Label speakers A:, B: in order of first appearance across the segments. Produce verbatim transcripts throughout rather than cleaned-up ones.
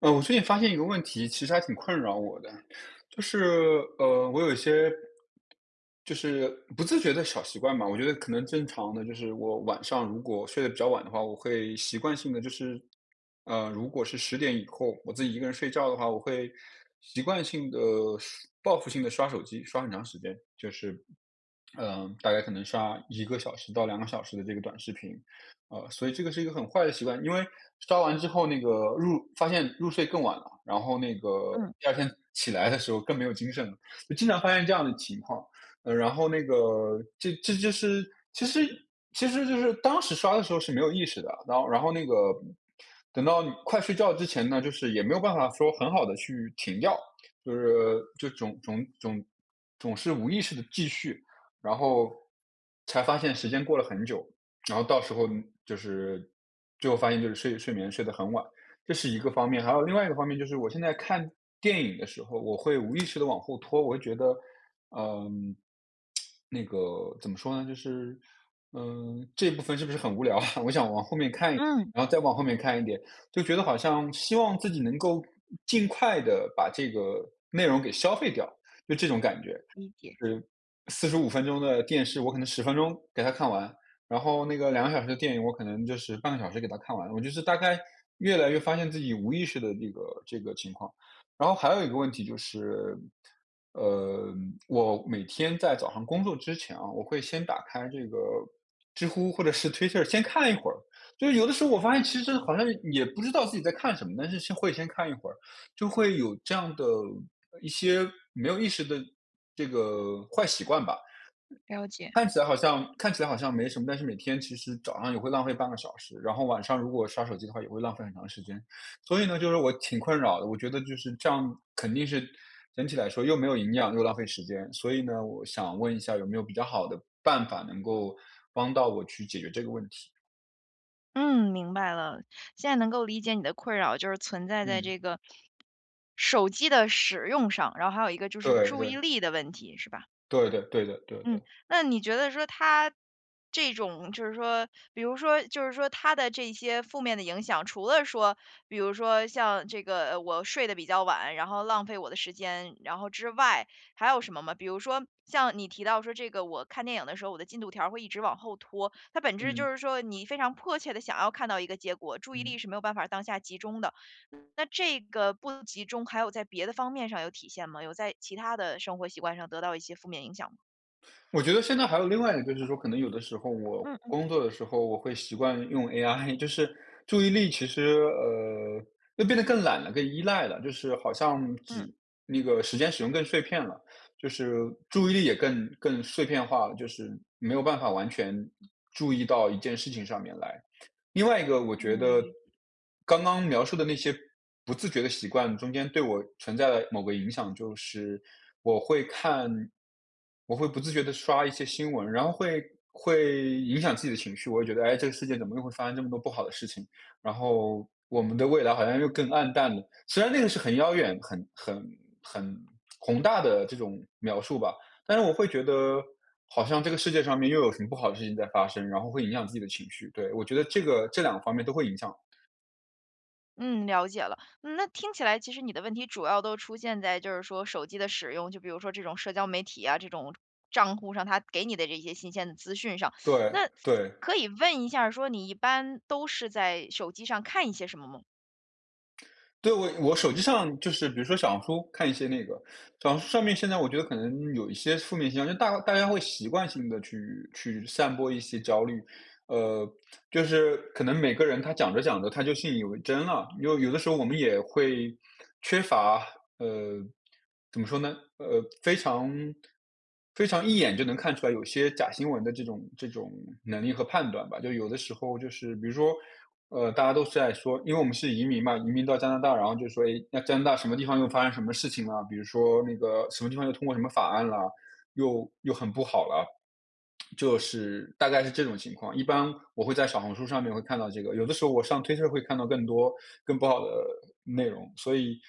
A: 呃，我最近发现一个问题，其实还挺困扰我的，就是呃，我有一些就是不自觉的小习惯吧。我觉得可能正常的，就是我晚上如果睡得比较晚的话，我会习惯性的就是，呃，如果是十点以后我自己一个人睡觉的话，我会习惯性的报复性的刷手机，刷很长时间，就是嗯、呃大概可能刷一个小时到两个小时的这个短视频。呃，所以这个是一个很坏的习惯，因为刷完之后那个入发现入睡更晚了，然后那个
B: 嗯
A: 第二天起来的时候更没有精神了，就经常发现这样的情况。呃，然后那个这这就是其实其实就是当时刷的时候是没有意识的，然后然后那个等到你快睡觉之前呢，就是也没有办法说很好的去停掉，就是就总总总总是无意识的继续，然后才发现时间过了很久。然后到时候就是最后发现就是睡睡眠睡得很晚，这是一个方面。还有另外一个方面就是，我现在看电影的时候，我会无意识的往后拖，我会觉得，嗯，那个怎么说呢，就是，嗯，这部分是不是很无聊啊？我想往后面看一
B: 嗯，
A: 然后再往后面看一点，就觉得好像希望自己能够尽快的把这个内容给消费掉，就这种感觉。
B: 理解，
A: 是四十五分钟的电视，我可能十分钟给他看完，然后那个两个小时的电影，我可能就是半个小时给他看完。我就是大概越来越发现自己无意识的这个这个情况。然后还有一个问题就是，呃，我每天在早上工作之前啊，我会先打开这个知乎或者是 Twitter 先看一会儿。就是有的时候我发现其实好像也不知道自己在看什么，但是先会先看一会儿，就会有这样的一些没有意识的这个坏习惯吧。
B: 了解。
A: 看起来好像看起来好像没什么，但是每天其实早上也会浪费半个小时，然后晚上如果刷手机的话也会浪费很长时间。所以呢，就是我挺困扰的，我觉得就是这样肯定是整体来说又没有营养又浪费时间。所以呢，我想问一下有没有比较好的办法能够帮到我去解决这个问题？
B: 嗯，明白了。现在能够理解你的困扰，就是存在在
A: 嗯，
B: 这个手机的使用上，然后还有一个就是
A: 对
B: 注意
A: 对
B: 力的问题，是吧？
A: 对对对对对
B: 嗯，
A: 的，
B: 那你觉得说他这种就是说，比如说就是说他的这些负面的影响，除了说，比如说像这个呃我睡得比较晚，然后浪费我的时间，然后之外，还有什么吗？比如说像你提到说这个，我看电影的时候，我的进度条儿会一直往后拖，它本质就
A: 嗯
B: 是说你非常迫切的想要看到一个结果，注意力
A: 嗯。
B: 是没有办法当下集中的。那这个不集中，还有在别的方面上有体现吗？有在其他的生活习惯上得到一些负面影响吗？
A: 我觉得现在还有另外一个，就是说可能有的时候我
B: 嗯。
A: 工作的时候，我会习惯用 A I，就是注意力其实呃，又变得更懒了，更依赖了，就是好像只
B: 嗯
A: 那个时间使用更碎片了，就是注意力也更更碎片化了，就是没有办法完全注意到一件事情上面来。另外一个，我觉
B: 嗯，
A: 得
B: 理
A: 刚刚描述的那些不自觉的习惯中间对我存在的某个影响，就是我会看，我会不自觉的刷一些新闻，然后会会影响自己的情绪。我会觉得，哎，这个世界怎么又会发生这么多不好的事情？然后我们的未来好像又更暗淡了。虽然那个是很遥远、很很很宏大的这种描述吧，但是我会觉得，好像这个世界上面又有什么不好的事情在发生，然后会影响自己的情绪。对，我觉得这个这两个方面都会影响。
B: 嗯，了解了。嗯，那听起来其实你的问题主要都出现在就是说手机的使用，就比如说这种社交媒体啊，这种账户上它给你的这些新鲜的资讯上。
A: 对
B: 那
A: 对
B: 可以问一下儿说你一般都是在手机上看一些什么吗？
A: 对，我我手机上就是比如说小红书看一些那个，小红书上面现在我觉得可能有一些负面现象，就大大家会习惯性的去去散播一些焦虑，呃，就是可能每个人他讲着讲着他就信以为真了，有有的时候我们也会缺乏呃，怎么说呢？呃，非常非常一眼就能看出来有些假新闻的这种这种能力和判断吧。就有的时候就是比如说，呃，大家都是在说，因为我们是移民嘛，移民到加拿大，然后就说，诶，那加拿大什么地方又发生什么事情了？比如说那个什么地方又通过什么法案了，又又很不好了。就是大概是这种情况，一般我会在小红书上面会看到这个，有的时候我上推特会看到更多更不好的内容，所以，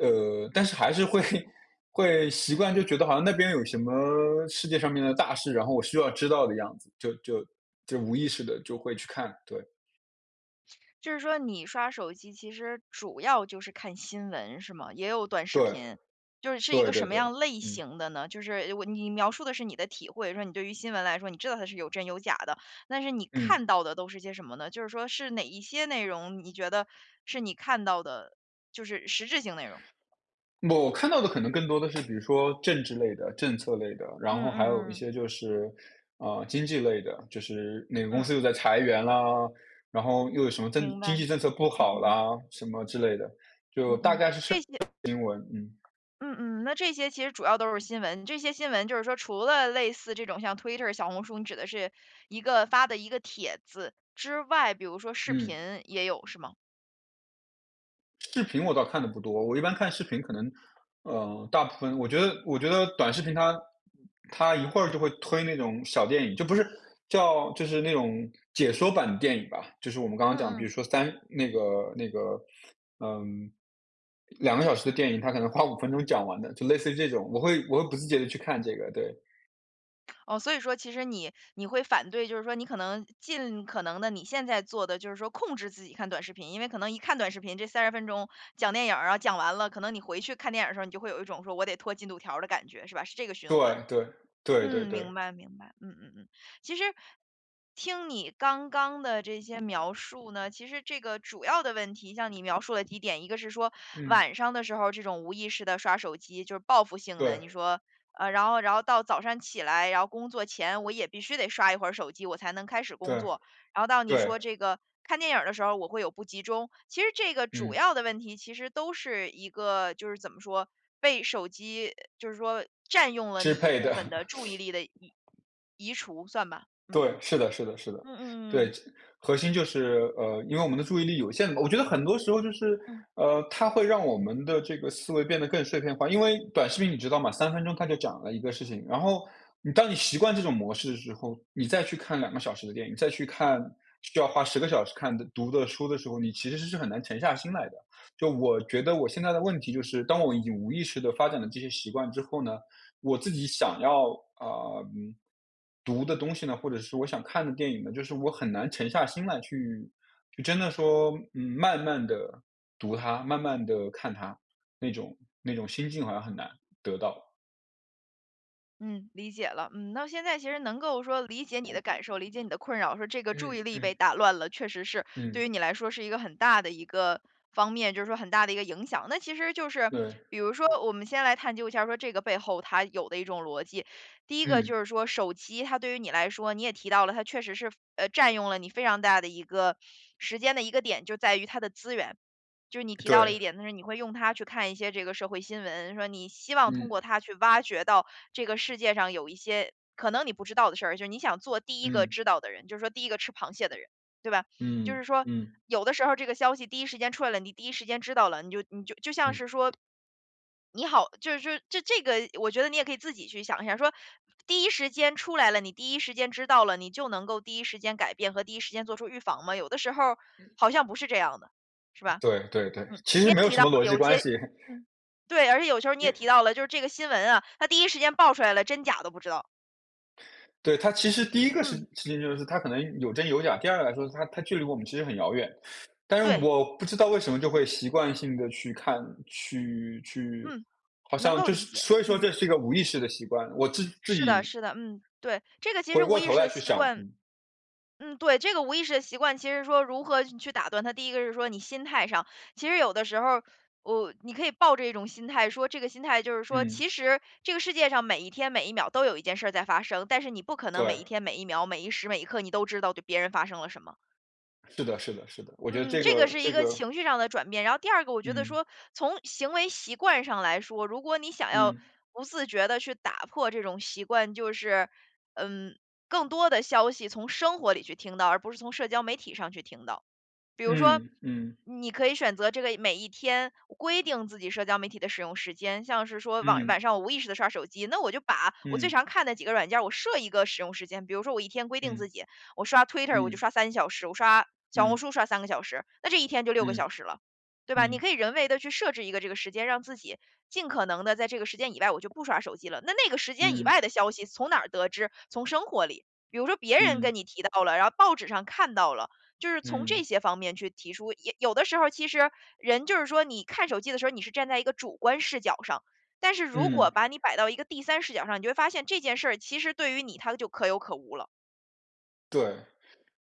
A: 呃，但是还是会会习惯，就觉得好像那边有什么世界上面的大事，然后我需要知道的样子，就就就无意识的就会去看，对
B: 就是说你刷手机其实主要就是看新闻是吗？也有短视
A: 对
B: 频，就是是一
A: 对
B: 个
A: 对
B: 什么
A: 对，
B: 样类
A: 嗯
B: 型的呢？就是我你描述的是你的体会，说你对于新闻来说，你知道它是有真有假的，但是你
A: 嗯。
B: 看到的都是些什么呢？就是说是哪一些内容，你觉得是你看到的，就是实质性内容？
A: 我看到的可能更多的是，比如说政治类的、政策类的，然
B: 嗯嗯
A: 后还有一
B: 嗯
A: 些就是，呃，经济类的，就是哪个公
B: 嗯，
A: 司又在裁员啦，然后又有什么政
B: 明
A: 经
B: 白，
A: 济政策不
B: 嗯
A: 好
B: 嗯
A: 啦，什么之类的，
B: 嗯
A: 就大
B: 嗯，
A: 概是社
B: 这些
A: 会新闻，嗯
B: 嗯嗯，那这些其实主要都是新闻，这些新闻就是说，除了类似这种像 Twitter、小红书，你指的是一个发的一个帖子之外，比如说视
A: 嗯。
B: 频也有，是吗？
A: 视频我倒看的不多，我一般看视频可能，呃，大部分我觉得，我觉得短视频它它一会儿就会推那种小电影，就不是叫就是那种解说版的电影吧，就是我们刚
B: 嗯
A: 刚讲，比如
B: 嗯，
A: 说三那个那个两个小时的电影，它可能花五分钟讲完的，就类似于这种，我会我会不自觉的去看这个，对
B: 哦，所以说其实你你会反对，就是说你可能尽可能的你现在做的就是说控制自己看短视频，因为可能一看短视频这三十分钟讲电影儿啊，讲完了，可能你回去看电影儿的时候，你就会有一种说我得拖进度条儿的感觉，是吧？是这个循
A: 对
B: 环。
A: 对对对
B: 嗯，明
A: 对，
B: 白明白，嗯嗯嗯。其实听你刚刚的这些描述呢，其实这个主要的问题，像你描述了几点，一个是说
A: 嗯，
B: 晚上的时候这种无意识的刷手机，就是报复性的，
A: 对
B: 你说，呃，然后然后到早上起来，然后工作前我也必须得刷一会儿手机，我才能开始工
A: 对
B: 作，然后到你
A: 对，
B: 说这个看电影儿的时候我会有不集中，其实这个主
A: 嗯，
B: 要的问题其实都是一个就是怎么说，被手机就是说占用了
A: 支
B: 你一
A: 配
B: 部
A: 的，
B: 分的注意力的移移除算吧，嗯。
A: 对，是的是的是的。
B: 嗯嗯嗯
A: 对，
B: 嗯，
A: 核心就是呃，因为我们的注意力有限嘛，我觉得很多时候就是，
B: 嗯。
A: 呃，它会让我们的这个思维变得更碎片化。因为短视频你知道嘛三分钟它就讲了一个事情，然后你当你习惯这种模式的时候，你再去看两个小时的电影，再去看需要花十个小时看的读的书的时候，你其实是很难沉下心来的。就我觉得我现在的问题就是，当我已经无意识的发展了这些习惯之后呢，我自己想要啊、呃读的东西呢，或者是我想看的电影呢，就是我很难沉下心来去，就真的说，嗯，慢慢的读它，慢慢的看它，那种那种心境好像很难得到。
B: 嗯，理解了。嗯，那现在其实能够说理解你的感受，理解你的困扰，说这个注意
A: 嗯
B: 力被
A: 嗯
B: 打乱了，确实是对于
A: 嗯，
B: 你来说是一个很大的一个方面，就是说很大的一个影响。那其实就是，
A: 对，
B: 比如说我们先来探究一下，说这个背后它有的一种逻辑。第一个就
A: 嗯
B: 是说，手机它对于你来说，你也提到了，它确实是呃占用了你非常大的一个时间的一个点，就在于它的资源。就是你提到了
A: 对，
B: 一点，就是你会用它去看一些这个社会新闻，说你希望通过
A: 嗯
B: 它去挖掘到这个世界上有一些可能你不知道的事儿，就是你想做第一个
A: 嗯
B: 知道的人，就是说第一个吃螃蟹的人，对吧？就
A: 嗯
B: 是说
A: 嗯
B: 有的时候这个消息第一时间出来了，你第一时间知道了，你就你就就像
A: 嗯，
B: 是说你好，就是就这这个，我觉得你也可以自己去想一下，说第一时间出来了，你第一时间知道了，你就能够第一时间改变和第一时间做出预防吗？有的时候好像不是这样的，是吧？
A: 对对对，
B: 嗯，
A: 其
B: 你
A: 实
B: 也
A: 没有
B: 提
A: 什
B: 到
A: 么
B: 了
A: 逻辑
B: 有一
A: 关
B: 些
A: 系，
B: 嗯，对，而且有时候你也提到了，就是这个新闻啊，它第一时间爆出来了，真假都不知道。
A: 对，它其实第一个事
B: 嗯，
A: 事情就是它可能有真有假，第二个来说，它它距离我们其实很遥远，但是
B: 对，
A: 我不知道为什么就会习惯性的去看，去去
B: 嗯，
A: 好
B: 能
A: 像
B: 够
A: 就
B: 理
A: 是
B: 解，
A: 所以说
B: 嗯，
A: 这是一个无意识的习惯，我自自
B: 是的，
A: 己
B: 是的，嗯，对，这个其实
A: 回
B: 无
A: 过
B: 意
A: 头
B: 识
A: 来
B: 的
A: 去
B: 习
A: 想，
B: 惯，
A: 嗯
B: 嗯，对，这个无意识的习惯，其实说如何去去打断它，第一个是说你心态上，其实有的时候。我、你可以抱着一种心态说，这个心态就是说，
A: 嗯，
B: 其实这个世界上每一天每一秒都有一件事儿在发生，但是你不可能每
A: 对，
B: 一天每一秒每一时每一刻你都知道对别人发生了什么。
A: 是的是的是的，我觉得
B: 嗯，
A: 这
B: 这个
A: 个
B: 是一
A: 这
B: 个
A: 个，
B: 情绪上的转变。然后第二个，我觉得
A: 嗯
B: 说从行为习惯上来说，如果你想要
A: 嗯
B: 不自觉的去打破这种习惯，就是嗯，更多的消息从生活里去听到，而不是从社交媒体上去听到。比如说，
A: 嗯嗯
B: 你可以选择这个每一天规定自己社交媒体的使用时间，像是说晚晚
A: 嗯
B: 上我无意识的刷手机，那我就把我最
A: 嗯
B: 常看的几个软件儿我设一个使用时间。比如说我一天规定
A: 嗯
B: 自己，我刷 Twitter 我就
A: 嗯
B: 刷三小时，我刷小红
A: 嗯
B: 书刷三个小时，那这一天就六个
A: 嗯
B: 小时了，对吧？你
A: 嗯
B: 可以人为的去设置一个这个时间，让自己尽可能的在这个时间以外，我就不刷手机了。那那个时间以
A: 嗯
B: 外
A: 嗯
B: 的消息从哪儿得知？从生活里。比如说别人跟
A: 嗯
B: 你提到了，然后报纸上看到了，就是从这
A: 嗯，
B: 些方面去提出，也有的时候其实人就是说，你看手机的时候，你是站在一个主观视角上，但是如果
A: 嗯
B: 把你摆到一个第三视角上，你就会发现这件事儿其实对于你它就可有可无了。
A: 对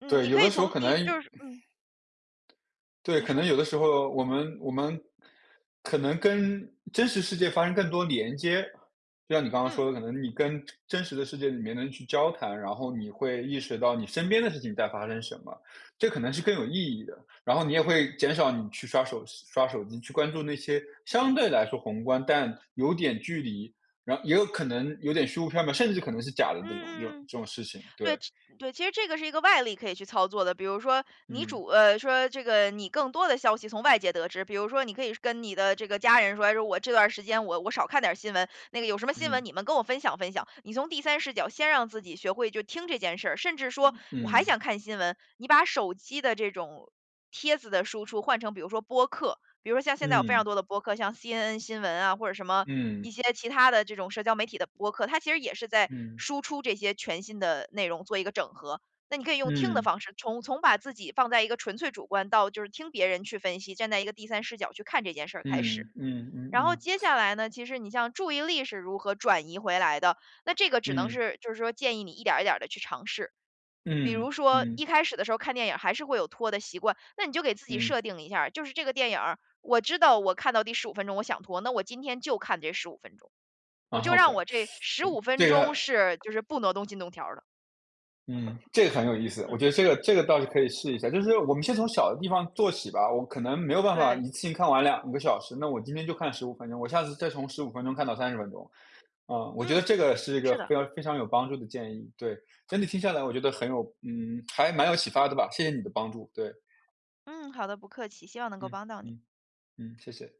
B: 嗯，
A: 对，
B: 你
A: 有
B: 可
A: 的
B: 以
A: 时候
B: 从
A: 可能
B: 第就是嗯，
A: 对，
B: 你
A: 可
B: 说，
A: 能有的时候我们我们可能跟真实世界发生更多连接，就像你刚刚
B: 嗯
A: 说的，可能你跟真实的世界里面的人去交谈，然后你会意识到你身边的事情在发生什么，这可能是更有意义的。然后你也会减少你去刷手刷手机，去关注那些相对来说宏观但有点距离，然后也有可能有点虚无缥缈，甚至可能是假
B: 嗯
A: 的这种这种
B: 嗯嗯。
A: 这种事情。对，
B: 对其对，其实这个是一个外力可以去操作的，比如说你
A: 嗯
B: 主呃，说这个你更多的消息从外界得知，比如说你可以跟你的这个家人说，哎说我这段儿时间我我少看点儿新闻，那个有什么新闻
A: 嗯
B: 你们跟我分享分享。你从第三视角先让自己学会就听这件事儿，甚至说我还
A: 嗯
B: 想看新闻，你把手机的这种帖子的输出换成比如说播客，比如说像现在有非
A: 嗯
B: 常多
A: 嗯
B: 的播客，像 C N N 新闻啊，或者什么
A: 嗯
B: 一些其他的这种社交媒体的播客，它其实也是在
A: 嗯。
B: 输出这些全新的内容做一个整合。那你可以用听的
A: 嗯
B: 方式，从从把自己放在一个纯粹主观到就是听别人去分析，站在一个第三视角去看这件事儿开始。
A: 嗯嗯
B: 然后
A: 嗯
B: 接下来呢，其实你像注意力是如何转移回来的，那这个只能
A: 嗯嗯
B: 是就是说建议你一点儿一点的去尝试。比如
A: 嗯
B: 说一
A: 嗯
B: 开始的时候看电影还是会有拖的习惯，那你就给自己
A: 嗯，
B: 设定一下儿就是这个电影儿我知道我看到第十五分钟我想拖，那我今天就看这十五分钟，我
A: 啊
B: 就
A: ，OK，
B: 让我这十
A: 嗯，
B: 五分
A: 这
B: 钟
A: 个，
B: 是就是不挪动进度条儿的。
A: 嗯，这个很有意思，我
B: 嗯，
A: 觉得这个这个倒是可以试一下，就是我们先从小的地方做起吧。我可能没有办法
B: 对，
A: 一次性看完两个小时，那我今天就看十五分钟，我下次再从十五分钟看到三十分钟。嗯，我觉得
B: 嗯，
A: 这个是一个
B: 是的，
A: 非常非常有帮助的建议，对，整体听下来我觉得很有，嗯，还蛮有启发的吧，谢谢你的帮助，对，
B: 嗯，好的，不客气，希望能够
A: 嗯
B: 帮到你。
A: 嗯嗯，谢谢。